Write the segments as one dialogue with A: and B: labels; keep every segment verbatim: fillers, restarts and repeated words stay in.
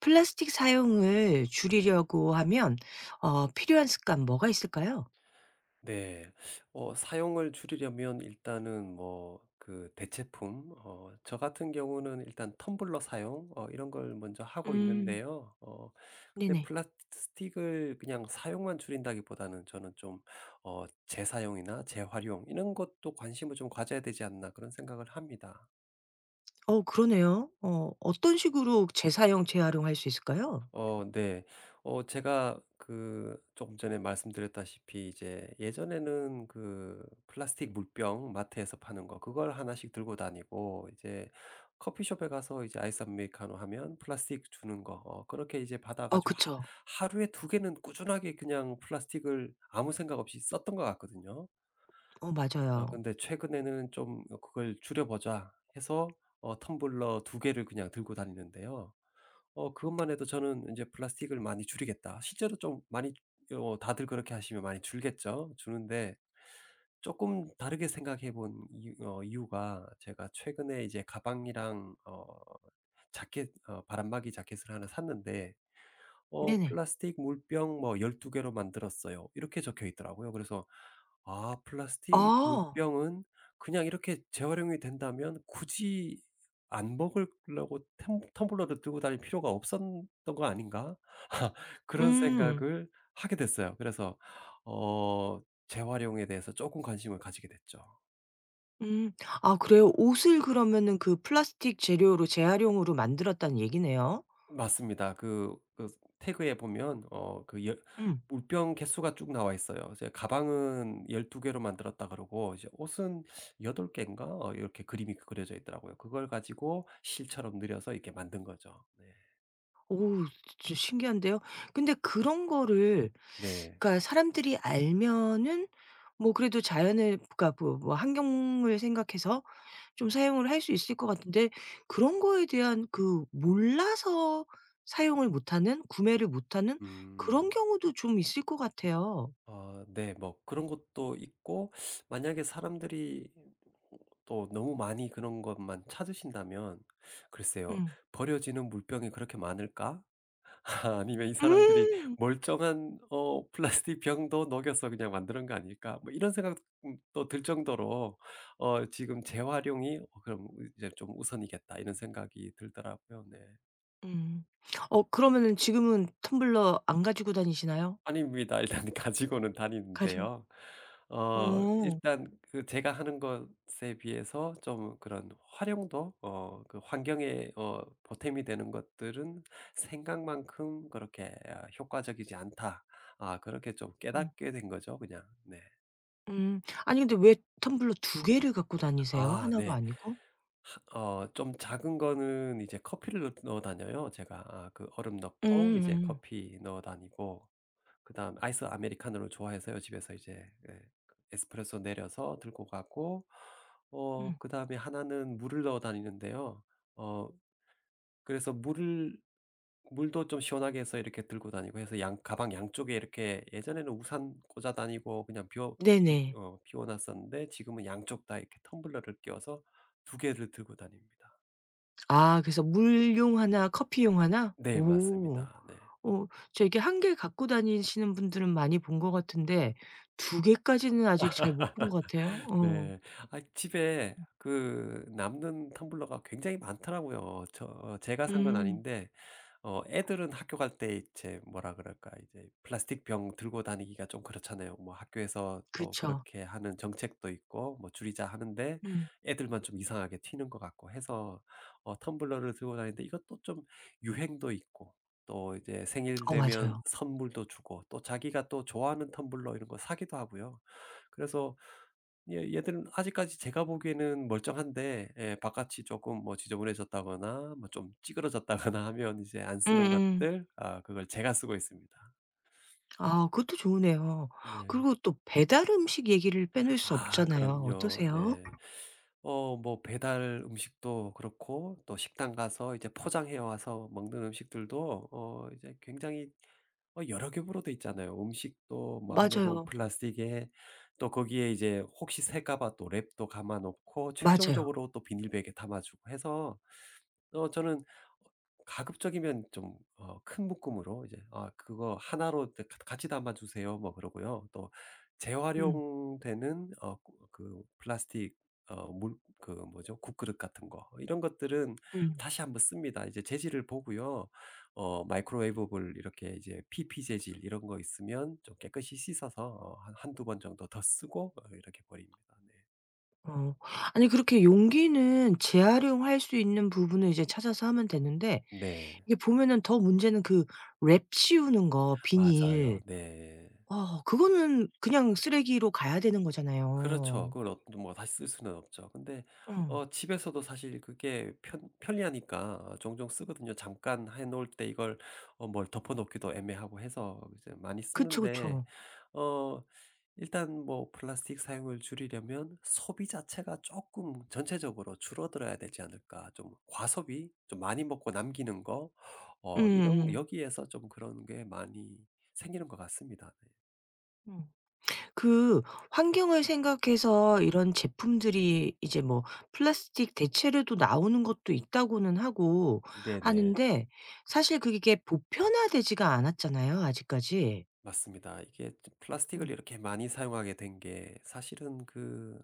A: 플라스틱 사용을 줄이려고 하면 어 필요한 습관 뭐가 있을까요?
B: 네. 어 사용을 줄이려면 일단은 뭐 그 대체품 어 저 같은 경우는 일단 텀블러 사용 어 이런 걸 먼저 하고
A: 음.
B: 있는데요. 어 근데
A: 네네.
B: 플라스틱을 그냥 사용만 줄인다기보다는 저는 좀 어 재사용이나 재활용 이런 것도 관심을 좀 가져야 되지 않나 그런 생각을 합니다.
A: 어 그러네요. 어 어떤 식으로 재사용, 재활용할 수 있을까요?
B: 어 네. 어 제가 그 조금 전에 말씀드렸다시피 이제 예전에는 그 플라스틱 물병 마트에서 파는 거 그걸 하나씩 들고 다니고 이제 커피숍에 가서 이제 아이스 아메리카노 하면 플라스틱 주는 거 어 그렇게 이제 받아
A: 어
B: 가지고 하
A: 그쵸.
B: 하루에 두 개는 꾸준하게 그냥 플라스틱을 아무 생각 없이 썼던 것 같거든요.
A: 어
B: 어
A: 맞아요.
B: 근데 최근에는 좀 '그걸 줄여 보자.' 해서 어 텀블러 두 개를 그냥 들고 다니는데요. 어 그것만 해도 저는 이제 '플라스틱을 많이 줄이겠다.' 실제로 좀 많이 어 다들 그렇게 하시면 많이 줄겠죠. 주는데 조금 다르게 생각해 본 이유 어 이유가 제가 최근에 이제 가방이랑 어 자켓 어 바람막이 자켓을 하나 샀는데 어
A: 네네.
B: "플라스틱 물병 뭐 열두 개로 만들었어요." 이렇게 적혀 있더라고요. 그래서 '아 플라스틱
A: 아.
B: 물병은 그냥 이렇게 재활용이 된다면 굳이 안 먹으려고 텀 텀블러를 들고 다닐 필요가 없었던 거 아닌가?' 그런
A: 음.
B: 생각을 하게 됐어요. 그래서 어 재활용에 대해서 조금 관심을 가지게 됐죠.
A: 음. 아 그래요? 옷을 그러면은 그 플라스틱 재료로 재활용으로 만들었다는 얘기네요.
B: 맞습니다. 그 그 태그에 보면 어 그 열
A: 음.
B: 물병 개수가 쭉 나와 있어요. 이제 가방은 열두 개로 만들었다 그러고 이제 옷은 여덟 개인가 어 이렇게 그림이 그려져 있더라고요. 그걸 가지고 실처럼 늘여서 이렇게 만든 거죠. 네.
A: 오, 진짜 신기한데요. 근데 그런 거를
B: 네.
A: 그러니까 사람들이 알면은 뭐 그래도 자연을 그러니까 뭐 뭐 환경을 생각해서 좀 사용을 할 수 있을 것 같은데 그런 거에 대한 그 몰라서 사용을 못하는 구매를 못하는 그런
B: 음.
A: 경우도 좀 있을 것 같아요.
B: 어, 네. 뭐 그런 것도 있고 만약에 사람들이 또 너무 많이 그런 것만 찾으신다면 글쎄요.
A: 음.
B: '버려지는 물병이 그렇게 많을까?' 아 아니면 '이 사람들이
A: 음.
B: 멀쩡한 어 플라스틱 병도 녹여서 그냥 만드는 거 아닐까?' 뭐 이런 생각도 음 들 정도로 어 지금 재활용이 어 그럼 이제 좀 우선이겠다 이런 생각이 들더라고요. 네.
A: 음. 어 그러면은 지금은 텀블러 안 가지고 다니시나요?
B: 아닙니다. 일단 가지고는
A: 가지고
B: 다니는데요. 어
A: 어.
B: 일단 그 제가 하는 것에 비해서 좀 그런 활용도 어 그 환경에 어 보탬이 되는 것들은 '생각만큼 그렇게 아 효과적이지 않다.' 아 그렇게 좀
A: 음.
B: 깨닫게 된 거죠 그냥. 네.
A: 음. 아니 근데 왜 텀블러 두 개를 갖고 다니세요? 하
B: 아
A: 나
B: 네.
A: 가 아니고?
B: 하 어 좀 작은 거는 이제 커피를 넣 넣어 다녀요 제가. 아 그 얼음 넣고 이제
A: 음음.
B: 커피 넣어 다니고 그다음 아이스 아메리카노를 좋아해서요. 집에서 이제 예 그 에스프레소 내려서 들고 가고 어
A: 음.
B: 그다음에 하나는 물을 넣어 다니는데요. 어 그래서 물을 물도 좀 시원하게 해서 이렇게 들고 다니고 해서 양 가방 양쪽에 이렇게 예전에는 우산 꽂아 다니고 그냥 비워 비
A: 네네.
B: 어 비워 놨었는데 지금은 양쪽 다 이렇게 텀블러를 끼워서 두 개를 들고 다닙니다.
A: 아 그래서 물용 하나 커피용 하나?
B: 네
A: 오.
B: 맞습니다. 네.
A: 어 저 이게 한 개 갖고 다니시는 분들은 많이 본 것 같은데 두 개까지는 아직 잘 못 본 것 같아요. 어.
B: 네. 아 집에 그 남는 텀블러가 굉장히 많더라고요. 저 어, 제가 산 건
A: 음.
B: 아닌데 어 애들은 학교 갈 때 이제 뭐라 그럴까 이제 플라스틱 병 들고 다니기가 좀 그렇잖아요. 뭐 학교에서 또
A: 그쵸.
B: 그렇게 하는 정책도 있고 뭐 줄이자 하는데
A: 음.
B: 애들만 좀 이상하게 튀는 것 같고 해서 어 텀블러를 들고 다니는데 이것도 좀 유행도 있고 또 이제 생일
A: 어
B: 되면
A: 맞아요.
B: 선물도 주고 또 자기가 또 좋아하는 텀블러 이런 거 사기도 하고요. 그래서 예 얘들은 아직까지 제가 보기에는 멀쩡한데 예 바깥이 조금 뭐 지저분해졌다거나 뭐 좀 찌그러졌다거나 하면 이제 안 쓰는
A: 음음.
B: 것들 아 그걸 제가 쓰고 있습니다.
A: 아 그것도 좋으네요.
B: 네.
A: 그리고 또 배달 음식 얘기를 빼놓을 수
B: 아
A: 없잖아요.
B: 그럼요.
A: 어떠세요?
B: 네. 어 뭐 배달 음식도 그렇고 또 식당 가서 이제 포장해 와서 먹는 음식들도 어 이제 굉장히 어 여러 겹으로 돼 있잖아요. 음식도 뭐 안에 보면
A: 맞아요.
B: 플라스틱에 또 거기에 이제 혹시 새까 봐 또 랩도 감아 놓고
A: 맞아요.
B: 최종적으로 또 비닐백에 담아 주고 해서 어 저는 가급적이면 좀 어 큰 묶음으로 이제 "아 그거 하나로 다 같이 담아 주세요." 뭐 그러고요. 또
A: 음.
B: 재활용되는 어 그 그 플라스틱 어 물 그 뭐죠? 국그릇 같은 거 이런 것들은
A: 음.
B: 다시 한번 씁니다. 이제 재질을 보고요. 어 마이크로웨이브블 이렇게 이제 피피 재질 이런 거 있으면 좀 깨끗이 씻어서 어한두 번 정도 더 쓰고 어 이렇게 버립니다. 네.
A: 어. 아니 그렇게 용기는 재활용할 수 있는 부분을 이제 찾아서 하면 되는데
B: 네.
A: 이게 보면은 더 문제는 그 랩 씌우는 거
B: 맞아요.
A: 비닐.
B: 네.
A: 어 그거는 그냥 쓰레기로 가야 되는 거잖아요.
B: 그렇죠. 그걸 어 뭐 다시 쓸 수는 없죠. 근데
A: 어.
B: 어 집에서도 사실 그게 편 편리하니까 종종 쓰거든요. 잠깐 해 놓을 때 이걸 어 뭘 덮어 놓기도 애매하고 해서 이제 많이
A: 그쵸,
B: 쓰는데
A: 그쵸.
B: 어 일단 뭐 플라스틱 사용을 줄이려면 '소비 자체가 조금 전체적으로 줄어들어야 되지 않을까.' 좀 과소비, 좀 많이 먹고 남기는 거 어 이런
A: 음음.
B: 여기에서 좀 그런 게 많이 생기는 것 같습니다. 네.
A: 음. 그 환경을 생각해서 이런 제품들이 이제 뭐 플라스틱 대체로도 나오는 것도 있다고는 하고
B: 네네.
A: 하는데 사실 그게 보편화되지가 않았잖아요, 아직까지.
B: 맞습니다. 이게 좀 플라스틱을 이렇게 많이 사용하게 된 게 사실은 그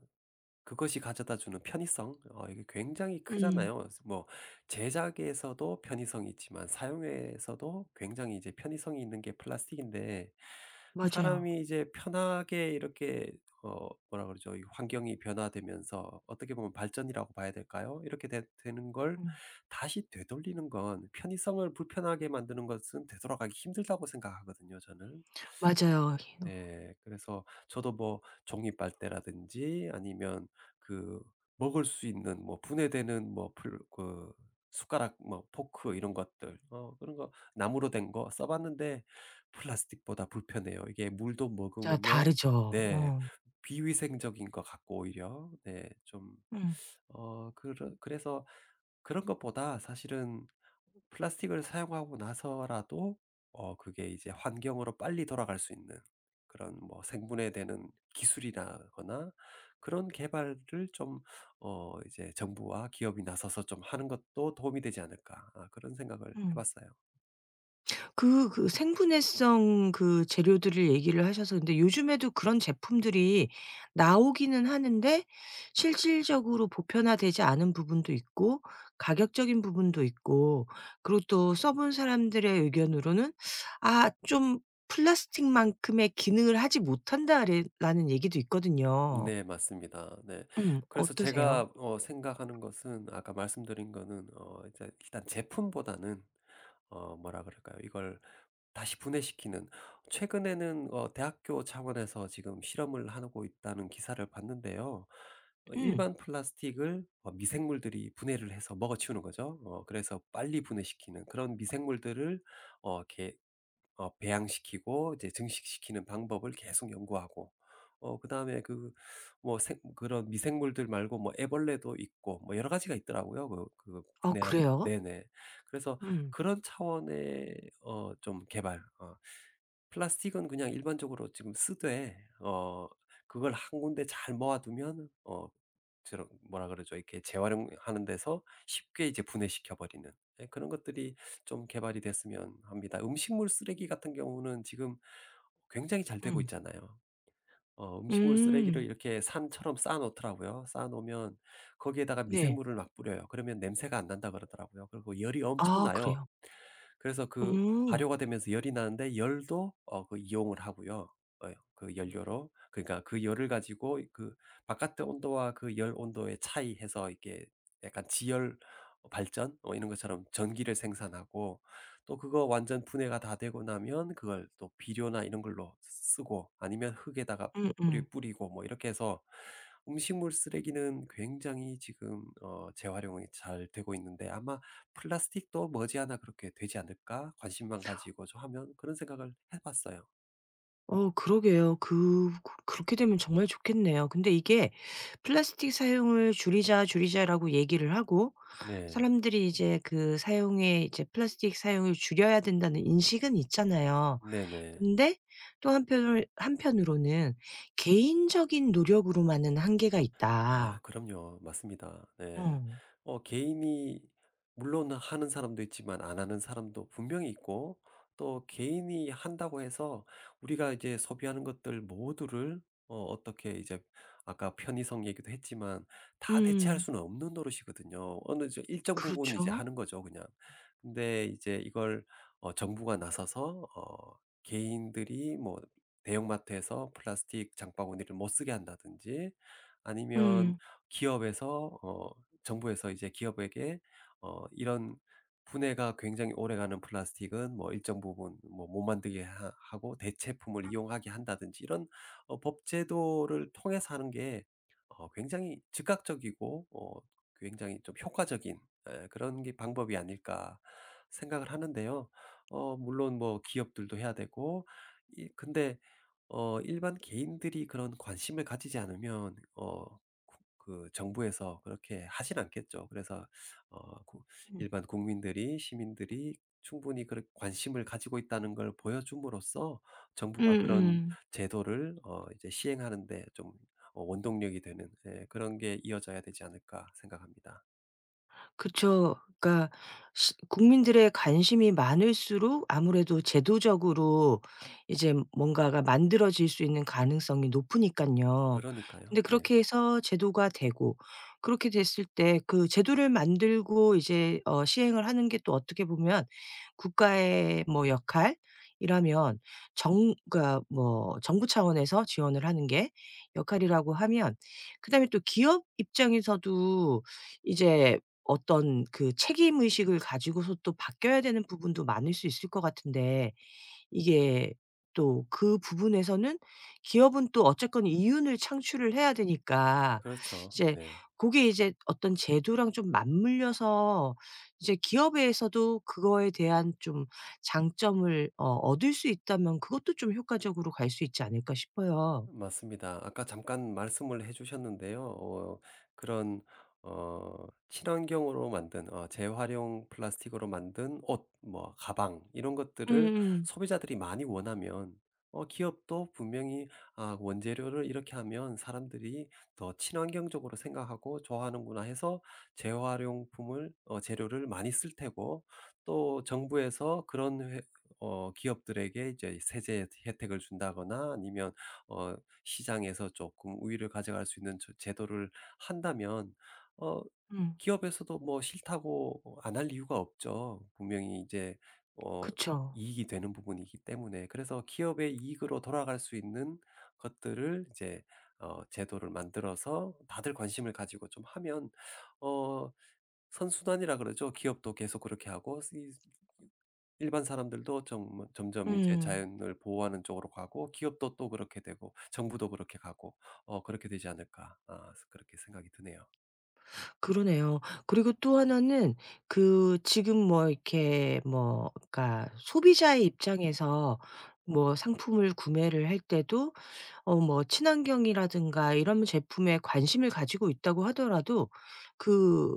B: 그것이 가져다 주는 편의성 어 이게 굉장히
A: 음.
B: 크잖아요. 그래서 뭐 제작에서도 편의성이 있지만 사용에서도 굉장히 이제 편의성이 있는 게 플라스틱인데
A: 맞아요.
B: 사람이 이제 편하게 이렇게 어 뭐라 그러죠? 이 환경이 변화되면서 어떻게 보면 발전이라고 봐야 될까요? 이렇게 되, 되는 걸
A: 음.
B: 다시 되돌리는 건 편의성을 불편하게 만드는 것은 되돌아가기 힘들다고 생각하거든요, 저는.
A: 맞아요.
B: 네. 그래서 저도 뭐 종이 빨대라든지 아니면 그 먹을 수 있는 뭐 분해되는 뭐 풀, 그 숟가락 뭐 포크 이런 것들 어 그런 거 나무로 된 거 써 봤는데 플라스틱보다 불편해요. 이게 물도
A: 진짜
B: 머금으면
A: 다르죠.
B: 네.
A: 어.
B: 비위생적인 것 같고 오히려 네 좀
A: 음.
B: 어 그러 그래서 그런 것보다 사실은 플라스틱을 사용하고 나서라도 어 그게 이제 환경으로 빨리 돌아갈 수 있는 그런 뭐 생분해되는 기술이라거나 그런 개발을 좀 어 이제 정부와 기업이 나서서 좀 하는 것도 도움이 되지 않을까. 아 그런 생각을 해
A: 음.
B: 봤어요.
A: 그 그 생분해성 그 재료들을 얘기를 하셔서 근데 요즘에도 그런 제품들이 나오기는 하는데 실질적으로 보편화되지 않은 부분도 있고 가격적인 부분도 있고 그리고 또 써본 사람들의 의견으로는 "아 좀 플라스틱만큼의 기능을 하지 못한다."래 라는 얘기도 있거든요.
B: 네 맞습니다. 네.
A: 음.
B: 그래서
A: 어떠세요?
B: 제가 어 생각하는 것은 아까 말씀드린 거는 어 이제 일단 제품보다는 어 뭐라 그럴까요? 이걸 다시 분해시키는 최근에는 어 대학교 차원에서 지금 실험을 하고 있다는 기사를 봤는데요. 어
A: 음.
B: 일반 플라스틱을 어 미생물들이 분해를 해서 먹어치우는 거죠. 어 그래서 빨리 분해시키는 그런 미생물들을 어 이렇게 어 배양시키고 이제 증식시키는 방법을 계속 연구하고 어 그다음에 그 뭐 생 그런 미생물들 말고 뭐 애벌레도 있고 뭐 여러 가지가 있더라고요. 그 그
A: 어
B: 분해하는
A: 그래요?
B: 네네. 그래서
A: 음.
B: 그런 차원의 어 좀 개발 어 플라스틱은 그냥 일반적으로 지금 쓰되 어 그걸 한 군데 잘 모아 두면 어 저런 뭐라 그러죠? 이렇게 재활용하는 데서 쉽게 이제 분해시켜 버리는 예 그런 것들이 좀 개발이 됐으면 합니다. 음식물 쓰레기 같은 경우는 지금 굉장히 잘 되고
A: 음.
B: 있잖아요. 어 음식물 쓰레기를
A: 음.
B: 이렇게 산처럼 쌓아 놓더라고요. 쌓아 놓으면 거기에다가
A: 네.
B: 미생물을 막 뿌려요. 그러면 냄새가 안 난다 그러더라고요. 그리고 열이 엄청
A: 아
B: 나요.
A: 그래요?
B: 그래서 그
A: 음.
B: 발효가 되면서 열이 나는데 열도 어 그 이용을 하고요. 어 그 연료로. 그러니까 그 열을 가지고 그 바깥의 온도와 그 열 온도의 차이 해서 이게 약간 지열 발전 어, 이런 것처럼 전기를 생산하고 또 그거 완전 분해가 다 되고 나면 그걸 또 비료나 이런 걸로 쓰고 아니면 흙에다가
A: 음음.
B: 뿌리 뿌리고 뭐 이렇게 해서 음식물 쓰레기는 굉장히 지금 어 재활용이 잘 되고 있는데 아마 '플라스틱도 머지않아 그렇게 되지 않을까? 관심만 가지고 좀 하면.' 그런 생각을 해 봤어요.
A: 어 그러게요. 그 그 그렇게 되면 정말 좋겠네요. 근데 이게 플라스틱 사용을 줄이자, 줄이자라고 얘기를 하고
B: 네.
A: 사람들이 이제 그 사용에 이제 플라스틱 사용을 줄여야 된다는 인식은 있잖아요.
B: 네네.
A: 근데 또 한편으 한편으로는 '개인적인 노력으로만은 한계가
B: 아
A: 있다.'
B: 그럼요. 맞습니다. 네.
A: 어.
B: 어 개인이 물론 하는 사람도 있지만 안 하는 사람도 분명히 있고 또 개인이 한다고 해서 우리가 이제 소비하는 것들 모두를 어 어떻게 이제 아까 편의성 얘기도 했지만 다 대체할
A: 음.
B: 수는 없는 노릇이거든요. 어느 저 일정 부분 이제
A: 그렇죠.
B: 하는 거죠 그냥. 근데 이제 이걸 어 정부가 나서서 어 개인들이 뭐 대형마트에서 플라스틱 장바구니를 못 쓰게 한다든지 아니면
A: 음.
B: 기업에서 어 정부에서 이제 기업에게 어 이런 분해가 굉장히 오래가는 플라스틱은 뭐 일정 부분 뭐 못 만들게 하- 하고 대체품을 이용하게 한다든지 이런 어 법 제도를 통해서 하는 게 어 굉장히 즉각적이고 어 굉장히 좀 효과적인 에, 그런 게 방법이 아닐까 생각을 하는데요. 어 물론 뭐 기업들도 해야 되고 이 근데 어 일반 개인들이 그런 관심을 가지지 않으면 어 구- 그 정부에서 그렇게 하진 않겠죠. 그래서 어 구
A: 음.
B: 일반 국민들이 시민들이 충분히 그런 관심을 가지고 있다는 걸 보여줌으로써 정부가 그런
A: 음음.
B: 제도를 어 이제 시행하는 데 좀 어 원동력이 되는 예 그런 게 이어져야 되지 않을까 생각합니다.
A: 그쵸. 그러니까 시 국민들의 관심이 많을수록 아무래도 제도적으로 이제 뭔가가 만들어질 수 있는 가능성이 높으니까요.
B: 그러니까요.
A: 근데
B: 네.
A: 그렇게 해서 제도가 되고 그렇게 됐을 때 그 제도를 만들고 이제 어 시행을 하는 게 또 어떻게 보면 국가의 뭐 역할이라면 정 그뭐 정부 차원에서 지원을 하는 게 역할이라고 하면 그다음에 또 기업 입장에서도 이제 어떤 그 책임 의식을 가지고서 또 바뀌어야 되는 부분도 많을 수 있을 것 같은데 이게 또 그 부분에서는 기업은 또 어쨌건 이윤을 창출을 해야 되니까
B: 그렇죠.
A: 이제
B: 네.
A: 그게 이제 어떤 제도랑 좀 맞물려서 이제 기업에서도 그거에 대한 좀 장점을 어 얻을 수 있다면 그것도 좀 효과적으로 갈 수 있지 않을까 싶어요.
B: 맞습니다. 아까 잠깐 말씀을 해 주셨는데요. 어 그런 어 친환경으로 만든 어 재활용 플라스틱으로 만든 옷, 뭐 가방 이런 것들을
A: 음음.
B: 소비자들이 많이 원하면 어 기업도 분명히 '아 원재료를 이렇게 하면 사람들이 더 친환경적으로 생각하고 좋아하는구나.' 해서 재활용품을 어 재료를 많이 쓸 테고 또 정부에서 그런 회 어 기업들에게 이제 세제 혜택을 준다거나 아니면 어 시장에서 조금 우위를 가져갈 수 있는 저 제도를 한다면 어
A: 음. 음.
B: 기업에서도 뭐 싫다고 안 할 이유가 없죠. 분명히 이제 어
A: 그쵸.
B: 이익이 되는 부분이기 때문에. 그래서 기업의 이익으로 돌아갈 수 있는 것들을 이제 어 제도를 만들어서 다들 관심을 가지고 좀 하면 어 선순환이라 그러죠. 기업도 계속 그렇게 하고 이 일반 사람들도 좀 뭐 점점 이제
A: 음.
B: 자연을 보호하는 쪽으로 가고 기업도 또 그렇게 되고 정부도 그렇게 가고 어 그렇게 되지 않을까. 아 그렇게 생각이 드네요.
A: 그러네요. 그리고 또 하나는 그 지금 뭐 이렇게 뭐 그러니까 소비자의 입장에서 뭐 상품을 구매를 할 때도 어 뭐 친환경이라든가 이런 제품에 관심을 가지고 있다고 하더라도 그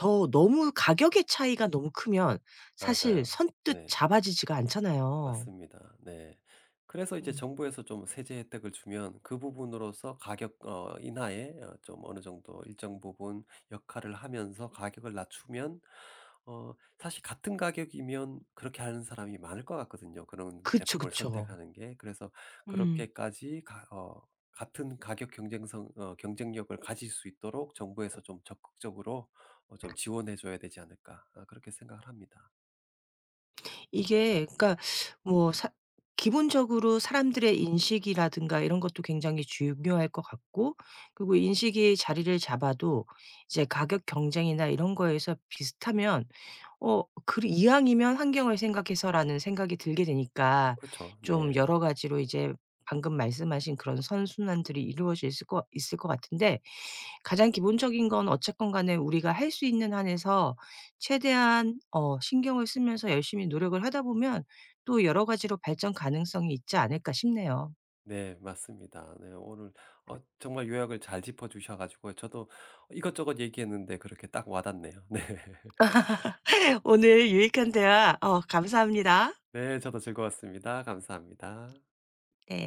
A: 더 너무 가격의 차이가 너무 크면 사실
B: 맞아요.
A: 선뜻
B: 네.
A: 잡아지지가 않잖아요.
B: 맞습니다. 네. 그래서 이제
A: 음.
B: 정부에서 좀 세제 혜택을 주면 그 부분으로서 가격 어 인하에 어 좀 어느 정도 일정 부분 역할을 하면서 가격을 낮추면 어 사실 같은 가격이면 그렇게 하는 사람이 많을 것 같거든요, 그런
A: 그쵸,
B: 제품을
A: 그쵸.
B: 선택하는 게. 그래서
A: 음.
B: 그렇게까지 가 어 같은 가격 경쟁성 어 경쟁력을 가질 수 있도록 정부에서 좀 적극적으로 어 좀 지원해 줘야 되지 않을까. 아 그렇게 생각을 합니다.
A: 이게 그러니까 뭐 사 기본적으로 사람들의 인식이라든가 이런 것도 굉장히 중요할 것 같고 그리고 인식이 자리를 잡아도 이제 가격 경쟁이나 이런 거에서 비슷하면 어 그 '이왕이면 환경을 생각해서.'라는 생각이 들게 되니까
B: 그렇죠
A: 좀
B: 네.
A: 여러 가지로 이제 방금 말씀하신 그런 선순환들이 이루어질 수 있을 것 있을 것 같은데 가장 기본적인 건 어쨌건 간에 우리가 할 수 있는 한에서 최대한 어 신경을 쓰면서 열심히 노력을 하다 보면 또 여러 가지로 발전 가능성이 있지 않을까 싶네요.
B: 네, 맞습니다. 네, 오늘 어, 정말 요약을 잘 짚어주셔 가지고 저도 이것저것 얘기했는데 그렇게 딱 와닿네요. 네.
A: 오늘 유익한 대화 어 감사합니다.
B: 네, 저도 즐거웠습니다. 감사합니다.
A: 네.